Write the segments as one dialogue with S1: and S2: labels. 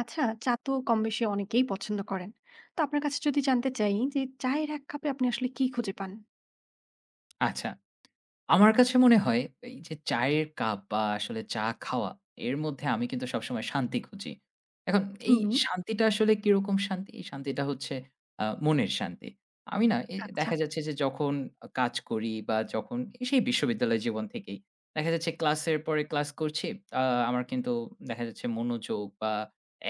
S1: আচ্ছা, চা তো কম বেশি অনেকেই পছন্দ করেন। তো আপনার কাছে যদি জানতে চাই যে চায়ের ১ কাপে আপনি আসলে কি খুঁজে পান?
S2: আচ্ছা, আমার কাছে মনে হয় এই যে চায়ের কাপ বা আসলে চা খাওয়া, এর মধ্যে আমি কিন্তু সবসময় শান্তি খুঁজি। এখন এই
S1: হুম,
S2: শান্তিটা আসলে কিরকম শান্তি? এই শান্তিটা হচ্ছে মনের শান্তি। আমি না
S1: আচ্ছা।
S2: দেখা যাচ্ছে যে যখন কাজ করি বা যখন এই সেই বিশ্ববিদ্যালয় জীবন থেকেই দেখা যাচ্ছে ক্লাসের পরে ক্লাস করছি। আ আমার কিন্তু দেখা যাচ্ছে মনোযোগ বা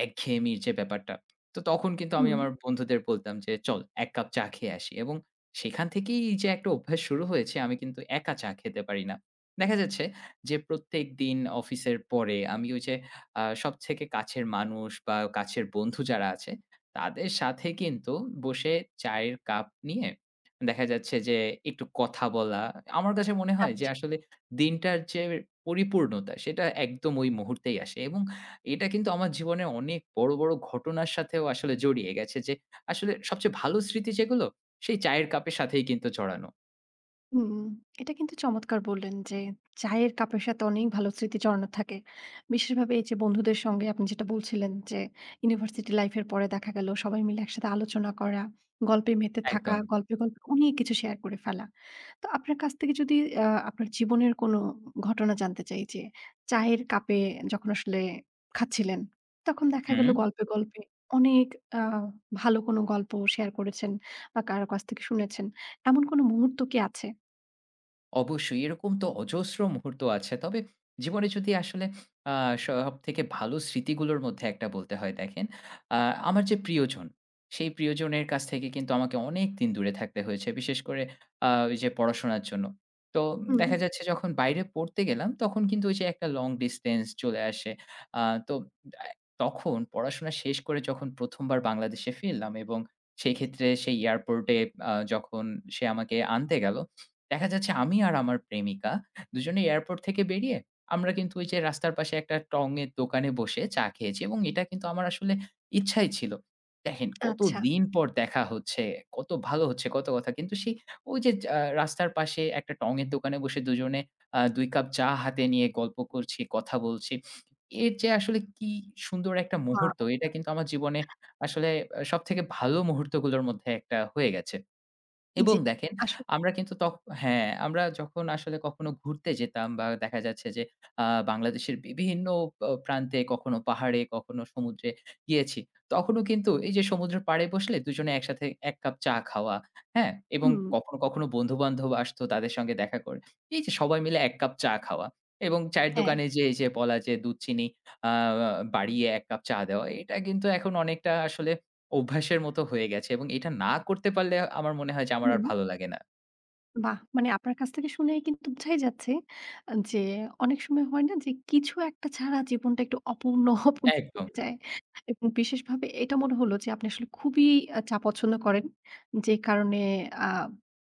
S2: একঘেয়েমির যে ব্যাপারটা, তো তখন কিন্তু আমি
S1: হুম।
S2: আমার বন্ধুদের বলতাম যে, "চল ১ কাপ চা খেয়ে আসি।" এবং সেখান থেকেই যে একটা অভ্যাস শুরু হয়েছে, আমি কিন্তু একা চা খেতে পারি না। দেখা যাচ্ছে যে প্রত্যেকদিন অফিসের পরে আমি ওই যে সবথেকে কাছের মানুষ বা কাছের বন্ধু যারা আছে, তাদের সাথে কিন্তু বসে চায়ের কাপ নিয়ে দেখা যাচ্ছে যে একটু কথা বলা। আমার কাছে মনে হয় যে
S1: আচ্ছা।
S2: আসলে দিনটার যে পরিপূর্ণতা সেটা একদম ওই মুহূর্তেই আসে এবং এটা কিন্তু আমার জীবনে অনেক বড়, বড় ঘটনার সাথেও আসলে জড়িয়ে গেছে যে আসলে সবচেয়ে ভালো স্মৃতি যেগুলো সেই চায়ের কাপের সাথেই কিন্তু জড়ানো।
S1: হুম, এটা কিন্তু চমৎকার বললেন যে চায়ের কাপের সাথে অনেক ভালো স্মৃতি জড়ানো থাকে। বিশেষভাবে এই যে বন্ধুদের সঙ্গে আপনি যেটা বলছিলেন যে ইউনিভার্সিটি লাইফের পরে দেখা গেল সবাই মিলে একসাথে আলোচনা করা, গল্পে মেতে থাকা,
S2: একদম।
S1: গল্পে অনেক কিছু শেয়ার করে ফেলা। তো আপনার কাছ থেকে যদি আপনার জীবনের কোনো ঘটনা জানতে চাই যে চায়ের কাপে যখন আসলে খাচ্ছিলেন, তখন দেখা গেল
S2: হুম।
S1: গল্পে অনেক আ ভালো কোনো গল্প শেয়ার করেছেন বা কারো কাছ থেকে শুনেছেন। এমন কোনো মুহূর্ত কি আছে?
S2: অবশ্যই এরকম তো অজস্র মুহূর্ত আছে। তবে জীবনে যদি আসলে আ সবথেকে ভালো স্মৃতিগুলোর মধ্যে একটা বলতে হয়, দেখেন, আ আমার যে প্রিয়জন, সেই প্রিয়জনের কাছ থেকে কিন্তু আমাকে অনেকদিন দূরে থাকতে হয়েছে। বিশেষ করে ওই যে পড়াশোনার জন্য। তো
S1: হুম,
S2: দেখা যাচ্ছে যখন বাইরে পড়তে গেলাম তখন কিন্তু ওই যে একটা লং ডিসট্যান্স চলে আসে। আ তো আ তখন পড়াশোনা শেষ করে যখন ১ম বার বাংলাদেশে ফিরলাম এবং সেই
S1: জি।
S2: ক্ষেত্রে সেই এয়ারপোর্টে যখন সে আমাকে আনতে গেল, দেখা যাচ্ছে আমি আর আমার প্রেমিকা দুজনে এয়ারপোর্ট থেকে বেরিয়ে আমরা কিন্তু ওই যে রাস্তার পাশে একটা টং এর দোকানে বসে চা খেয়েছি এবং এটা কিন্তু আমার আসলে ইচ্ছাই ছিল। দেখেন,
S1: আচ্ছা।
S2: কতদিন পর দেখা হচ্ছে, কত ভালো হচ্ছে, কত কথা। কিন্তু সেই ওই যে রাস্তার পাশে একটা টং এর দোকানে বসে দুজনে ২ কাপ চা হাতে নিয়ে গল্প করছি, কথা বলছি। এর যে আসলে কি সুন্দর একটা মুহূর্ত,
S1: ওয়াও!
S2: এটা কিন্তু আমার জীবনে আসলে সবথেকে ভালো মুহূর্তগুলোর মধ্যে একটা হয়ে গেছে। এবং
S1: জি।
S2: দেখেন,
S1: আসলে
S2: আমরা কিন্তু হ্যাঁ, আমরা যখন আসলে কখনো ঘুরতে যেতাম বা দেখা যাচ্ছে যে আ বাংলাদেশের বিভিন্ন প্রান্তে কখনো পাহাড়ে, কখনো সমুদ্রে গিয়েছি। তখনও কিন্তু এই যে সমুদ্রের পাড়ে বসলে দুজনে একসাথে ১ কাপ চা খাওয়া, হ্যাঁ? এবং
S1: হুম,
S2: কখনো, কখনো বন্ধু-বান্ধব আসতো তাদের সঙ্গে দেখা করে। এই যে সবাই মিলে ১ কাপ চা খাওয়া এবং চায়ের
S1: হ্যাঁ।
S2: দোকানে যেয়ে এই যে বলা যে দুধ চিনি আ বাড়িয়ে ১ কাপ চা দেওয়া। এটা কিন্তু এখন অনেকটা আসলে অভ্যাসের মতো হয়ে গেছে এবং এটা না করতে পারলে আমার মনে হয় যে আমার আর
S1: হুম।
S2: ভালো লাগে না।
S1: বাহ! মানে আপনার কাছ থেকে শুনেই কিন্তু বোঝাই যাচ্ছে যে অনেক সময় হয় না যে কিছু একটা ছাড়া জীবনটা একটু অপূর্ণ, অপূর্ণ
S2: একদম,
S1: থেকে যায়। এবং বিশেষভাবে এটা মনে হলো যে আপনি আসলে খুবই চা পছন্দ করেন। যে কারণে আ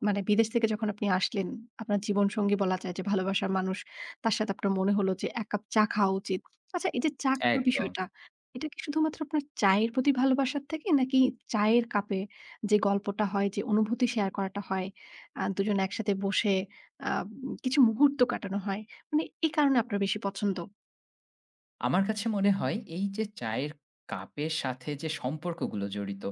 S1: মানে বিদেশ থেকে যখন আপনি আসলেন, আপনার জীবনসঙ্গী বলা যায় যে ভালোবাসার মানুষ, তার সাথে আপনার মনে হলো যে ১ কাপ চা খাওয়া উচিত। আচ্ছা এই যে চা খাওয়ার
S2: একদম।
S1: বিষয়টা, এটা কি শুধুমাত্র আপনার চায়ের প্রতি ভালোবাসার থেকে নাকি চায়ের কাপে যে গল্পটা হয়, যে অনুভূতি শেয়ার করাটা হয় দুজন একসাথে বসে আ কিছু মুহূর্ত কাটানো হয়। মানে এই কারণে আপনার বেশি পছন্দ?
S2: আমার কাছে মনে হয় এই যে চায়ের কাপের সাথে যে সম্পর্কগুলো জড়িত।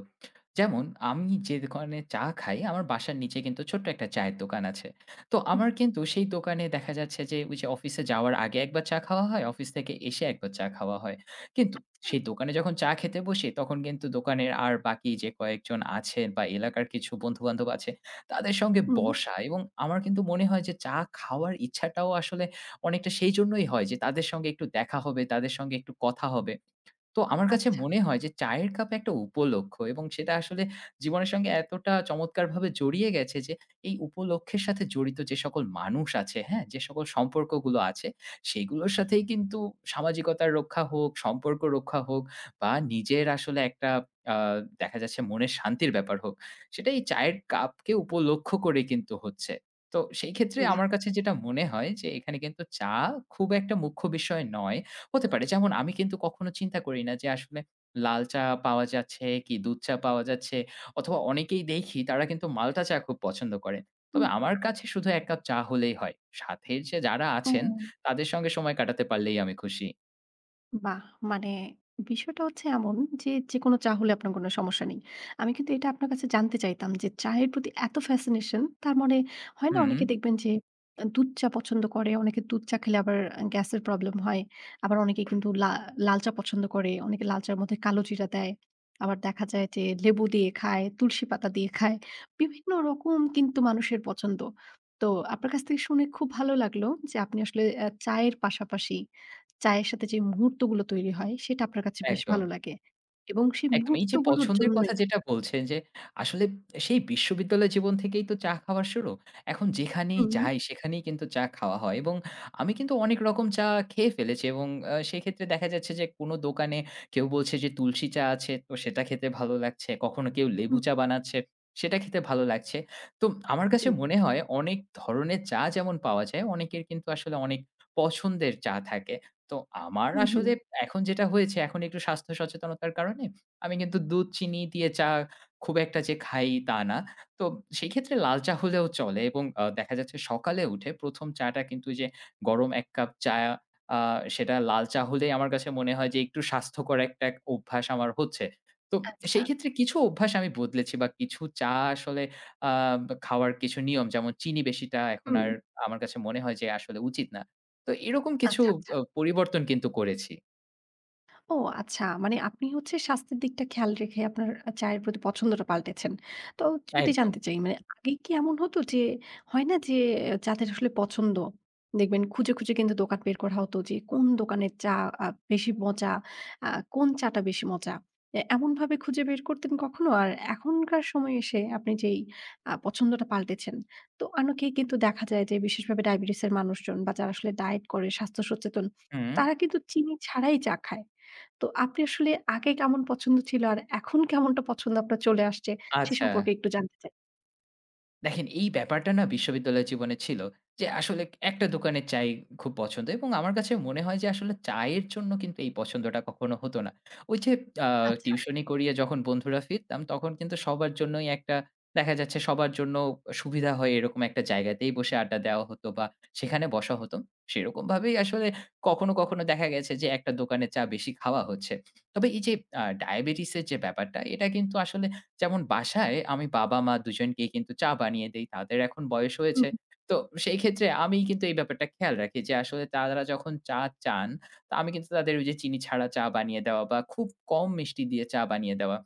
S2: যেমন আমি যে দোকানে চা খাই, আমার বাসার নিচে কিন্তু ছোট্ট একটা চায়ের দোকান আছে। তো
S1: হুম।
S2: আমার কিন্তু সেই দোকানে দেখা যাচ্ছে যে ওই যে অফিসে যাওয়ার আগে একবার চা খাওয়া হয়, অফিস থেকে এসে একবার চা খাওয়া হয়। কিন্তু
S1: আচ্ছা।
S2: সেই দোকানে যখন চা খেতে বসি তখন কিন্তু দোকানের আর বাকি যে কয়েকজন আছেন বা এলাকার কিছু বন্ধু-বান্ধব আছে, তাদের সঙ্গে
S1: হুম,
S2: বসা এবং আমার কিন্তু মনে হয় যে চা খাওয়ার ইচ্ছাটাও আসলে অনেকটা সেই জন্যই হয় যে তাদের সঙ্গে একটু দেখা হবে, তাদের সঙ্গে একটু কথা হবে। তো আমার কাছে
S1: আচ্ছা।
S2: মনে হয় যে চায়ের কাপ একটা উপলক্ষ্য এবং সেটা আসলে জীবনের সঙ্গে এতটা চমৎকারভাবে জড়িয়ে গেছে যে এই উপলক্ষের সাথে জড়িত যে সকল মানুষ আছে, হ্যাঁ? যে সকল সম্পর্কগুলো আছে সেগুলোর সাথেই কিন্তু সামাজিকতার রক্ষা হোক, সম্পর্ক রক্ষা হোক বা নিজের আসলে একটা আ দেখা যাচ্ছে মনের শান্তির ব্যাপার হোক, সেটা এই চায়ের কাপকে উপলক্ষ্য করে কিন্তু হচ্ছে। তো সেই ক্ষেত্রে
S1: বাহ!
S2: আমার কাছে যেটা মনে হয় যে এখানে কিন্তু চা খুব একটা মুখ্য বিষয় নয়। হতে পারে। যেমন আমি কিন্তু কখনো চিন্তা করি না যে আসলে লাল চা পাওয়া যাচ্ছে কি দুধ চা পাওয়া যাচ্ছে অথবা অনেকেই দেখি তারা কিন্তু মাল্টা চা খুব পছন্দ করেন। তবে
S1: হুম,
S2: আমার কাছে শুধু ১ কাপ চা হলেই হয়। সাথে যে যারা
S1: ও।
S2: আছেন তাদের সঙ্গে সময় কাটাতে পারলেই আমি খুশি।
S1: বাহ! মানে বিষয়টা হচ্ছে এমন যে, যেকোনো চা হলে আপনার কোনো সমস্যা নেই। আমি কিন্তু এটা আপনার কাছে জানতে চাইতাম যে, চায়ের প্রতি এত fascination তার মানে হয় না
S2: হুম,
S1: অনেকে দেখবেন যে, দুধ চা পছন্দ করে, অনেকে দুধ চা খেলে আবার গ্যাসের প্রবলেম হয়। আবার অনেকে কিন্তু লাল চা পছন্দ করে, অনেকে লাল চার মধ্যে কালো জিরা দেয়। আবার দেখা যায় যে, লেবু দিয়ে খায়, তুলসী পাতা দিয়ে খায়। বিভিন্ন রকম কিন্তু মানুষের পছন্দ। তো আপনার কাছ থেকে শুনে খুব ভালো লাগলো যে, আপনি আসলে চায়ের পাশাপাশি চায়ের সাথে যে মুহূর্তগুলো তৈরি হয় সেটা আপনার কাছে বেশ
S2: একদম।
S1: ভালো লাগে। এবং সেই
S2: একদম। এই যে
S1: মুহূর্তগুলোর
S2: পছন্দের কথা
S1: জন্যই
S2: যেটা বলছেন যে, আসলে সেই বিশ্ববিদ্যালয় জীবন থেকেই তো চা খাওয়ার শুরু। এখন যেখানেই
S1: হুম,
S2: যাই সেখানেই কিন্তু চা খাওয়া হয় এবং আমি কিন্তু অনেক রকম চা খেয়ে ফেলেছি এবং সেক্ষেত্রে দেখা যাচ্ছে যে কোনো দোকানে কেউ বলছে যে তুলসী চা আছে তো সেটা খেতে ভালো লাগছে। কখনো কেউ লেবু
S1: হুম,
S2: চা বানাচ্ছে, সেটা খেতে ভালো লাগছে। তো আমার কাছে
S1: জি।
S2: মনে হয় অনেক ধরনের চা যেমন পাওয়া যায়, অনেকের কিন্তু আসলে অনেক পছন্দের চা থাকে। তো আমার
S1: হুম।
S2: আসলে এখন যেটা হয়েছে, এখন একটু স্বাস্থ্য সচেতনতার কারণে আমি কিন্তু দুধ চিনি দিয়ে চা খুব একটা যে খাই তা না। তো সেই ক্ষেত্রে লাল চা হলেও চলে এবং দেখা যাচ্ছে সকালে উঠে ১ম চাটা কিন্তু যে গরম ১ কাপ চা, আ সেটা লাল চা হলেই আমার কাছে মনে হয় যে একটু স্বাস্থ্যকর একটা অভ্যাস আমার হচ্ছে। তো
S1: আচ্ছা।
S2: সেই ক্ষেত্রে কিছু অভ্যাস আমি বদলেছি বা কিছু চা আসলে আ খাওয়ার কিছু নিয়ম, যেমন চিনি বেশিটা এখন
S1: হুম,
S2: আর আমার কাছে মনে হয় যে আসলে উচিত না। তো এরকম কিছু
S1: আচ্ছা, আচ্ছা।
S2: পরিবর্তন কিন্তু করেছি।
S1: ও আচ্ছা। মানে আপনি হচ্ছে স্বাস্থ্যের দিকটা খেয়াল রেখে আপনার চায়ের প্রতি পছন্দটা পাল্টেছেন। তো যদি
S2: একদম।
S1: জানতে চাই মানে আগে কি এমন হতো যে হয় না যে যাদের আসলে পছন্দ দেখবেন খুঁজে কিন্তু দোকান বের করা হতো যে কোন দোকানের চা আ বেশি মজা, আ কোন চাটা বেশি মজা। এমনভাবে খুঁজে বের করতেন কখনো? আর এখনকার সময়ে এসে আপনি যেই পছন্দটা পাল্টেছেন তো অনেকেই কিন্তু দেখা যায় যে বিশেষভাবে ডায়াবেটিসের মানুষজন বা যারা আসলে ডায়েট করে স্বাস্থ্য সচেতন
S2: হুম,
S1: তারা কিন্তু চিনি ছাড়াই চা খায়। তো আপনি আসলে আগে কেমন পছন্দ ছিল আর এখন কেমনটা পছন্দ আপনার চলে আসছে সে
S2: আচ্ছা।
S1: সম্পর্কে একটু জানতে চাই।
S2: দেখেন, এই ব্যাপারটা না বিশ্ববিদ্যালয় জীবনে ছিল। যে আসলে একটা দোকানের চাই খুব পছন্দ এবং আমার কাছে মনে হয় যে আসলে চায়ের জন্য কিন্তু এই পছন্দটা কখনো হতো না। ওই যে আ
S1: আচ্ছা।
S2: টিউশনি করিয়ে যখন বন্ধুরা ফিরতাম তখন কিন্তু সবার জন্যই একটা দেখা যাচ্ছে সবার জন্য সুবিধা হয় এরকম একটা জায়গাতেই বসে আড্ডা দেওয়া হতো বা সেখানে বসা হতো। সেরকমভাবেই আসলে কখনো, কখনো দেখা গেছে যে একটা দোকানের চা বেশি খাওয়া হচ্ছে। তবে এই যে ডায়াবেটিসের যে ব্যাপারটা, এটা কিন্তু আসলে যেমন বাসায় আমি বাবা-মা দুজনকেই কিন্তু চা বানিয়ে দেই। তাদের এখন বয়স হয়েছে।
S1: হুম,
S2: তো সেই ক্ষেত্রে আমি কিন্তু এই ব্যাপারটা খেয়াল রাখি যে আসলে তারা যখন চা চান, তা আমি কিন্তু তাদের ওই যে চিনি ছাড়া চা বানিয়ে দেওয়া বা খুব কম মিষ্টি দিয়ে চা বানিয়ে দেওয়া।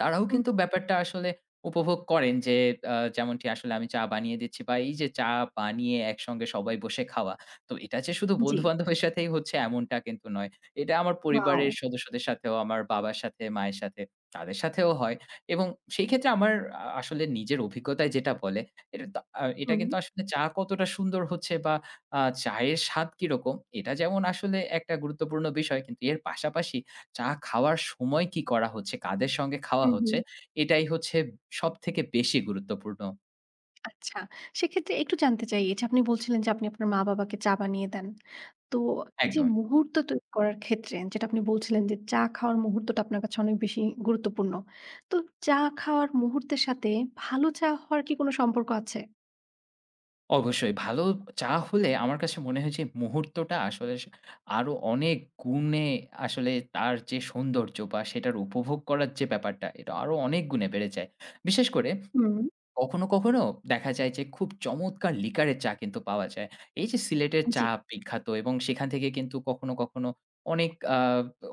S2: তারাও
S1: হুম,
S2: কিন্তু ব্যাপারটা আসলে উপভোগ করেন যে যেমনটি আসলে আমি চা বানিয়ে দিচ্ছি বা এই যে চা বানিয়ে একসঙ্গে সবাই বসে খাওয়া। তো এটা যে শুধু
S1: জি।
S2: বন্ধু-বান্ধবের সাথেই হচ্ছে এমনটা কিন্তু নয়। এটা আমার
S1: ওয়াও!
S2: পরিবারের সদস্যদের সাথেও, আমার বাবার সাথে, মায়ের সাথে, তাদের সাথেও হয় এবং সেই ক্ষেত্রে আমার আসলে নিজের অভিজ্ঞতায় যেটা বলে, এটা তা এটা
S1: হুম,
S2: কিন্তু আসলে চা কতটা সুন্দর হচ্ছে বা আ চায়ের স্বাদ কিরকম, এটা যেমন আসলে একটা গুরুত্বপূর্ণ বিষয়, কিন্তু এর পাশাপাশি চা খাওয়ার সময় কি করা হচ্ছে, কাদের সঙ্গে খাওয়া হচ্ছে,
S1: হুম।
S2: এটাই হচ্ছে সবথেকে বেশি গুরুত্বপূর্ণ।
S1: আচ্ছা। সেক্ষেত্রে একটু জানতে চাই এইযে আপনি বলছিলেন যে আপনি আপনার মা-বাবাকে চা বানিয়ে দেন। তো এইযে
S2: একদম।
S1: মুহূর্ত তৈরি করার ক্ষেত্রে যেটা আপনি বলছিলেন যে চা খাওয়ার মুহূর্তটা আপনার কাছে অনেক বেশি গুরুত্বপূর্ণ। তো চা খাওয়ার মুহূর্তের সাথে ভালো চা হওয়ার কি কোনো সম্পর্ক আছে?
S2: অবশ্যই ভালো চা হলে আমার কাছে মনে হয় যে মুহূর্তটা আসলে আরো অনেক গুণে আসলে তার যে সৌন্দর্য বা সেটার উপভোগ করার যে ব্যাপারটা, এটা আরো অনেক গুণে বেড়ে যায়। বিশেষ করে
S1: হুম,
S2: কখনো, কখনো দেখা যায় যে খুব চমৎকার লিকারের চা কিন্তু পাওয়া যায়। এই যে সিলেটের
S1: জি।
S2: চা বিখ্যাত এবং সেখান থেকে কিন্তু কখনো, কখনো অনেক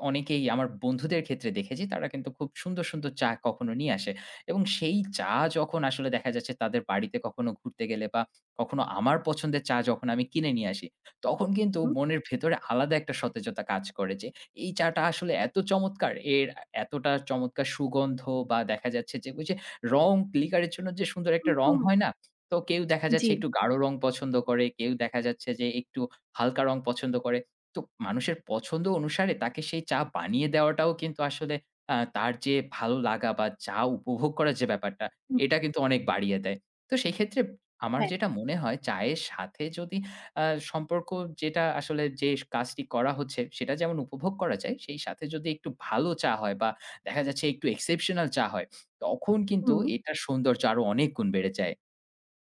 S2: অনেকেই আমার বন্ধুদের ক্ষেত্রে দেখেছি তারা কিন্তু খুব সুন্দর, সুন্দর চা কখনো নিয়ে আসে এবং সেই চা যখন আসলে দেখা যাচ্ছে তাদের বাড়িতে কখনো ঘুরতে গেলে বা কখনো আমার পছন্দের চা যখন আমি কিনে নিয়ে আসি, তখন কিন্তু
S1: হুম,
S2: মনের ভেতরে আলাদা একটা সতেজতা কাজ করে যে এই চাটা আসলে এত চমৎকার, এর এতটা চমৎকার সুগন্ধ বা দেখা যাচ্ছে যে ওই যে রং ক্লিকারের জন্য যে সুন্দর একটা রং
S1: হুম।
S2: হয় না? তো কেউ দেখা
S1: জি।
S2: যাচ্ছে একটু গাঢ় রং পছন্দ করে, কেউ দেখা যাচ্ছে যে একটু হালকা রং পছন্দ করে। তো মানুষের পছন্দ অনুসারে তাকে সেই চা বানিয়ে দেওয়াটাও কিন্তু আসলে তার যে ভালো লাগা বা চা উপভোগ করার যে ব্যাপারটা,
S1: হুম,
S2: এটা কিন্তু অনেক বাড়িয়ে দেয়। তো সেক্ষেত্রে আমার
S1: হ্যাঁ।
S2: যেটা মনে হয় চায়ের সাথে যদি আ সম্পর্ক যেটা আসলে যে কাজটি করা হচ্ছে সেটা যেমন উপভোগ করা যায়, সেই সাথে যদি একটু ভালো চা হয় বা দেখা যাচ্ছে একটু exceptional চা হয়, তখন কিন্তু
S1: হুম।
S2: এটার সৌন্দর্য আরো অনেক গুণ বেড়ে যায়।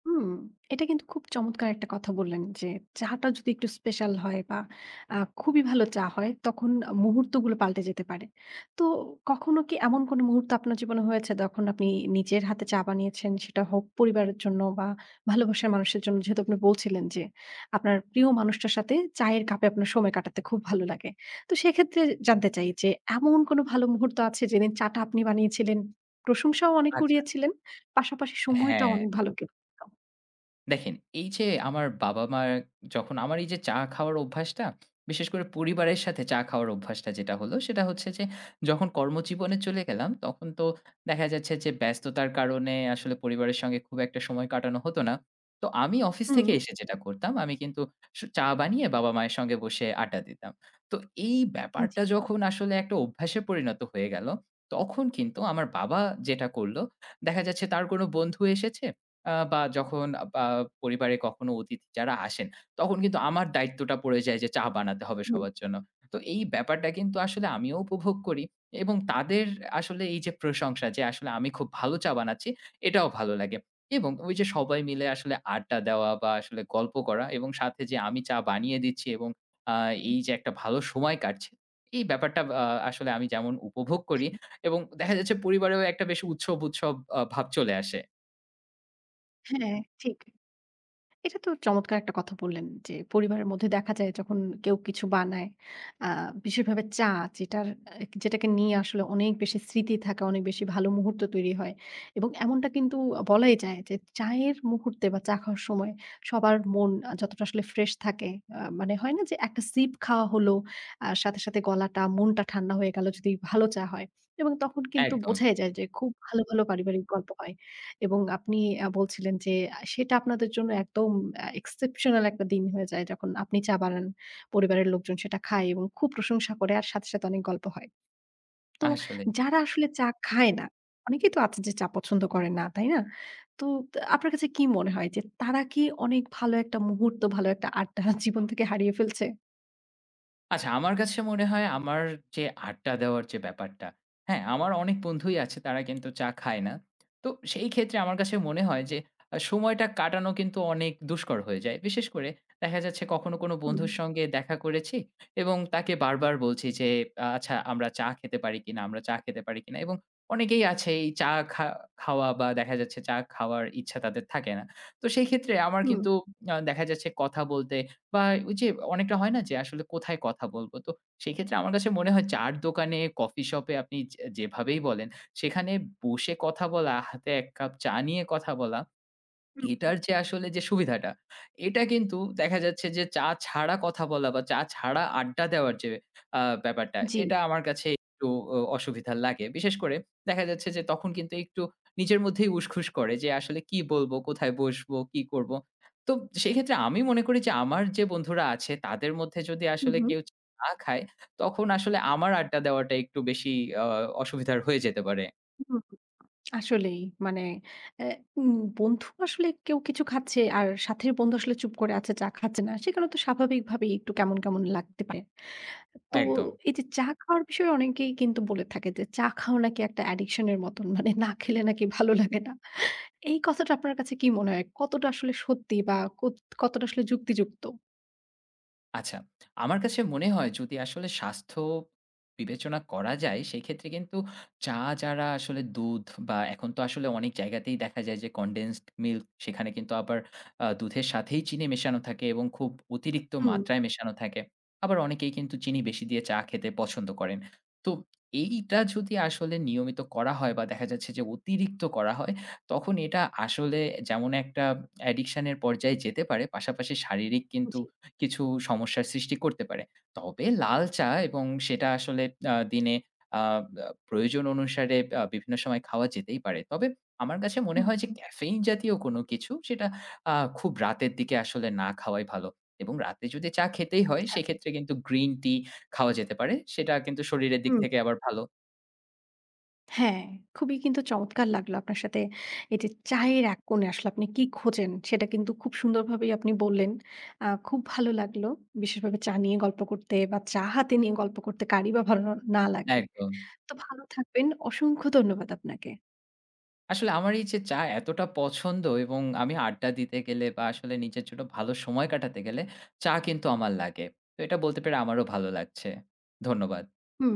S1: হুম, এটা কিন্তু খুব চমৎকার একটা কথা বললেন যে, চাটা যদি একটু স্পেশাল হয় বা খুবই ভালো চা হয়, তখন মুহূর্তগুলো পাল্টে যেতে পারে। তো কখনো কি এমন কোনো মুহূর্ত আপনার জীবনে হয়েছে যখন আপনি নিজের হাতে চা বানিয়েছেন, সেটা হোক পরিবারের জন্য বা ভালোবাসার মানুষের জন্য? যেহেতু আপনি বলছিলেন যে, আপনার প্রিয় মানুষটার সাথে চায়ের কাপে আপনার সময় কাটাতে খুব ভালো লাগে। তো সেক্ষেত্রে জানতে চাই যে, এমন কোনো ভালো মুহূর্ত আছে যেদিন চাটা আপনি বানিয়েছিলেন, প্রশংসাও অনেক
S2: আচ্ছা।
S1: কুড়িয়েছিলেন, পাশাপাশি সময়টাও
S2: হ্যাঁ,
S1: অনেক ভালো কেটেছিল?
S2: দেখেন, এই যে আমার বাবা-মার যখন আমার এই যে চা খাওয়ার অভ্যাসটা, বিশেষ করে পরিবারের সাথে চা খাওয়ার অভ্যাসটা যেটা হলো, সেটা হচ্ছে যে যখন কর্মজীবনে চলে গেলাম, তখন তো দেখা যাচ্ছে যে ব্যস্ততার কারণে আসলে পরিবারের সঙ্গে খুব একটা সময় কাটানো হতো না। তো আমি অফিস
S1: হুম,
S2: থেকে এসে যেটা করতাম, আমি কিন্তু চা বানিয়ে বাবা-মায়ের সঙ্গে বসে আড্ডা দিতাম। তো এই
S1: জি,
S2: ব্যাপারটা যখন আসলে একটা অভ্যাসে পরিণত হয়ে গেল, তখন কিন্তু আমার বাবা যেটা করল, দেখা যাচ্ছে তার কোনো বন্ধু এসেছে আ বা যখন আ বা পরিবারে কখনো অতিথি যারা আসেন, তখন কিন্তু আমার দায়িত্বটা পড়ে যায় যে চা বানাতে হবে
S1: হুম,
S2: সবার জন্য। তো এই ব্যাপারটা কিন্তু আসলে আমিও উপভোগ করি এবং তাদের আসলে এই যে প্রশংসা যে আসলে আমি খুব ভালো চা বানাচ্ছি, এটাও ভালো লাগে। এবং ওই যে সবাই মিলে আসলে আড্ডা দেওয়া বা আসলে গল্প করা এবং সাথে যে আমি চা বানিয়ে দিচ্ছি এবং আ এই যে একটা ভালো সময় কাটছে, এই ব্যাপারটা আসলে আমি যেমন উপভোগ করি
S1: হ্যাঁ,
S2: এবং দেখা যাচ্ছে পরিবারেও একটা বেশ উৎসব, উৎসব ভাব চলে আসে।
S1: হ্যাঁ, ঠিক। এটা তো চমৎকার একটা কথা বললেন যে, পরিবারের মধ্যে দেখা যায় যখন কেউ কিছু বানায়, আ বিশেষভাবে চা যেটার আ যেটাকে নিয়ে আসলে অনেক বেশি স্মৃতি থাকে, অনেক বেশি ভালো মুহূর্ত তৈরি হয় এবং এমনটা কিন্তু বলাই যায় যে, চায়ের মুহূর্তে বা চা খাওয়ার সময় সবার মন যতটা আসলে ফ্রেশ থাকে, মানে হয় না যে, একটা সিপ খাওয়া হলো, আর সাথে গলাটা, মনটা ঠান্ডা হয়ে গেল যদি ভালো চা হয় এবং তখন কিন্তু
S2: একদম।
S1: বোঝাই যায় যে, খুব ভালো পারিবারিক গল্প হয়। এবং আপনি বলছিলেন যে সেটা আপনাদের জন্য একদম এক্সেপশনাল একটা দিন হয়ে যায় যখন আপনি চা বানান। পরিবারের লোকজন সেটা খায় এবং খুব প্রশংসা করে আর সাথে অনেক গল্প হয়। তো
S2: আসলেই।
S1: যারা আসলে চা খায় না, অনেকেই তো আছে যে চা পছন্দ করে না, তাই না? তো তা আপনার কাছে কি মনে হয় যে তারা কি অনেক ভালো একটা মুহূর্ত, ভালো একটা আড্ডা জীবন থেকে হারিয়ে ফেলছে?
S2: আচ্ছা, আমার কাছে মনে হয় আমার যে আড্ডা দেওয়ার যে ব্যাপারটা, হ্যাঁ? আমার অনেক বন্ধুই আছে তারা কিন্তু চা খায় না। তো সেই ক্ষেত্রে আমার কাছে মনে হয় যে সময়টা কাটানো কিন্তু অনেক দুষ্কর হয়ে যায়। বিশেষ করে দেখা যাচ্ছে কখনো কোনো
S1: হুম।
S2: বন্ধুর সঙ্গে দেখা করেছি এবং তাকে বারবার বলছি যে, "আচ্ছা, আমরা চা খেতে পারি কিনা? আমরা চা খেতে পারি কিনা?" এবং অনেকেই আছে এই চা খা খাওয়া বা দেখা যাচ্ছে চা খাওয়ার ইচ্ছা তাদের থাকে না। তো সেই ক্ষেত্রে আমার
S1: হুম,
S2: কিন্তু দেখা যাচ্ছে কথা বলতে বা ওই যে অনেকটা হয় না যে আসলে কোথায় কথা বলব? তো সেক্ষেত্রে আমার কাছে মনে হয় চা'র দোকানে, কফি শপে আপনি যে যেভাবেই বলেন, সেখানে বসে কথা বলা, হাতে ১ কাপ চা নিয়ে কথা বলা
S1: হুম,
S2: এটার যে আসলে যে সুবিধাটা, এটা কিন্তু দেখা যাচ্ছে যে চা ছাড়া কথা বলা বা চা ছাড়া আড্ডা দেওয়ার যে ব্যাপারটা,
S1: জি।
S2: এটা আমার কাছে একটু অসুবিধা লাগে। বিশেষ করে দেখা যাচ্ছে যে তখন কিন্তু একটু নিজের মধ্যেই উসখুস করে যে আসলে কি বলবো, কোথায় বসবো, কি করব? তো সেক্ষেত্রে আমি মনে করি যে আমার যে বন্ধুরা আছে তাদের মধ্যে যদি
S1: হু,
S2: আসলে
S1: হু।
S2: কেউ চা খায়, তখন আসলে আমার আড্ডা দেওয়াটা একটু বেশি আ অসুবিধার হয়ে যেতে পারে।
S1: আসলেই মানে অ্যা উম বন্ধু আসলে কেউ কিছু খাচ্ছে আর সাথের বন্ধু আসলে চুপ করে আছে চা খাচ্ছে না। সেখানে তো স্বাভাবিকভাবেই একটু কেমন লাগতে পারে। তো
S2: একদম।
S1: এই যে চা খাওয়ার বিষয়ে অনেকেই কিন্তু বলে থাকে যে চা খাওয়া নাকি একটা অ্যাডিকশন এর মতন। মানে না খেলে নাকি ভালো লাগে না। এই কথাটা আপনার কাছে কি মনে হয়? কতটা আসলে সত্যি বা কত কতটা আসলে যুক্তিযুক্ত?
S2: আচ্ছা, আমার কাছে মনে হয় যদি আসলে স্বাস্থ্য বিবেচনা করা যায়, সেক্ষেত্রে কিন্তু চা যারা আসলে দুধ বা এখন তো আসলে অনেক জায়গাতেই দেখা যায় যে condensed milk সেখানে কিন্তু আবার দুধের সাথেই চিনি মেশানো থাকে এবং খুব অতিরিক্ত
S1: হুম,
S2: মাত্রায় মেশানো থাকে। আবার অনেকেই কিন্তু চিনি বেশি দিয়ে চা খেতে পছন্দ করেন। তো এইটা যদি আসলে নিয়মিত করা হয় বা দেখা যাচ্ছে যে অতিরিক্ত করা হয়, তখন এটা আসলে যেমন একটা অ্যাডিকশন এর পর্যায়ে যেতে পারে, পাশাপাশি শারীরিক কিন্তু
S1: জি।
S2: কিছু সমস্যার সৃষ্টি করতে পারে। তবে লাল চা এবং সেটা আসলে দিনে আ আ প্রয়োজন অনুসারে বিভিন্ন সময় খাওয়া যেতেই পারে। তবে আমার কাছে মনে
S1: হুম,
S2: হয় যে
S1: হুম।
S2: ক্যাফেইন জাতীয় কোনো কিছু সেটা আ খুব রাতের দিকে আসলে না খাওয়াই ভালো। এবং রাতে যদি চা খেতেই হয়
S1: আচ্ছা।
S2: সেক্ষেত্রে কিন্তু গ্রিন টি খাওয়া যেতে পারে। সেটা কিন্তু শরীরের দিক
S1: হুম।
S2: থেকে আবার ভালো।
S1: হ্যাঁ, খুবই কিন্তু চমৎকার লাগলো আপনার সাথে এই যে চায়ের এক কোণে আসলে আপনি কি খোঁজেন সেটা কিন্তু খুব সুন্দরভাবেই আপনি বললেন। খুব ভালো লাগলো। বিশেষভাবে চা নিয়ে গল্প করতে বা চা হাতে নিয়ে গল্প করতে কারই বা ভালো না লাগে।
S2: একদম।
S1: তো ভালো থাকবেন। অসংখ্য ধন্যবাদ আপনাকে।
S2: আসলে আমার এই যে চা এতটা পছন্দ এবং আমি আড্ডা দিতে গেলে বা আসলে নিজের জন্য ভালো সময় কাটাতে গেলে চা কিন্তু আমার লাগে। তো এটা বলতে পেরে আমারও ভালো লাগছে। ধন্যবাদ।
S1: হুম।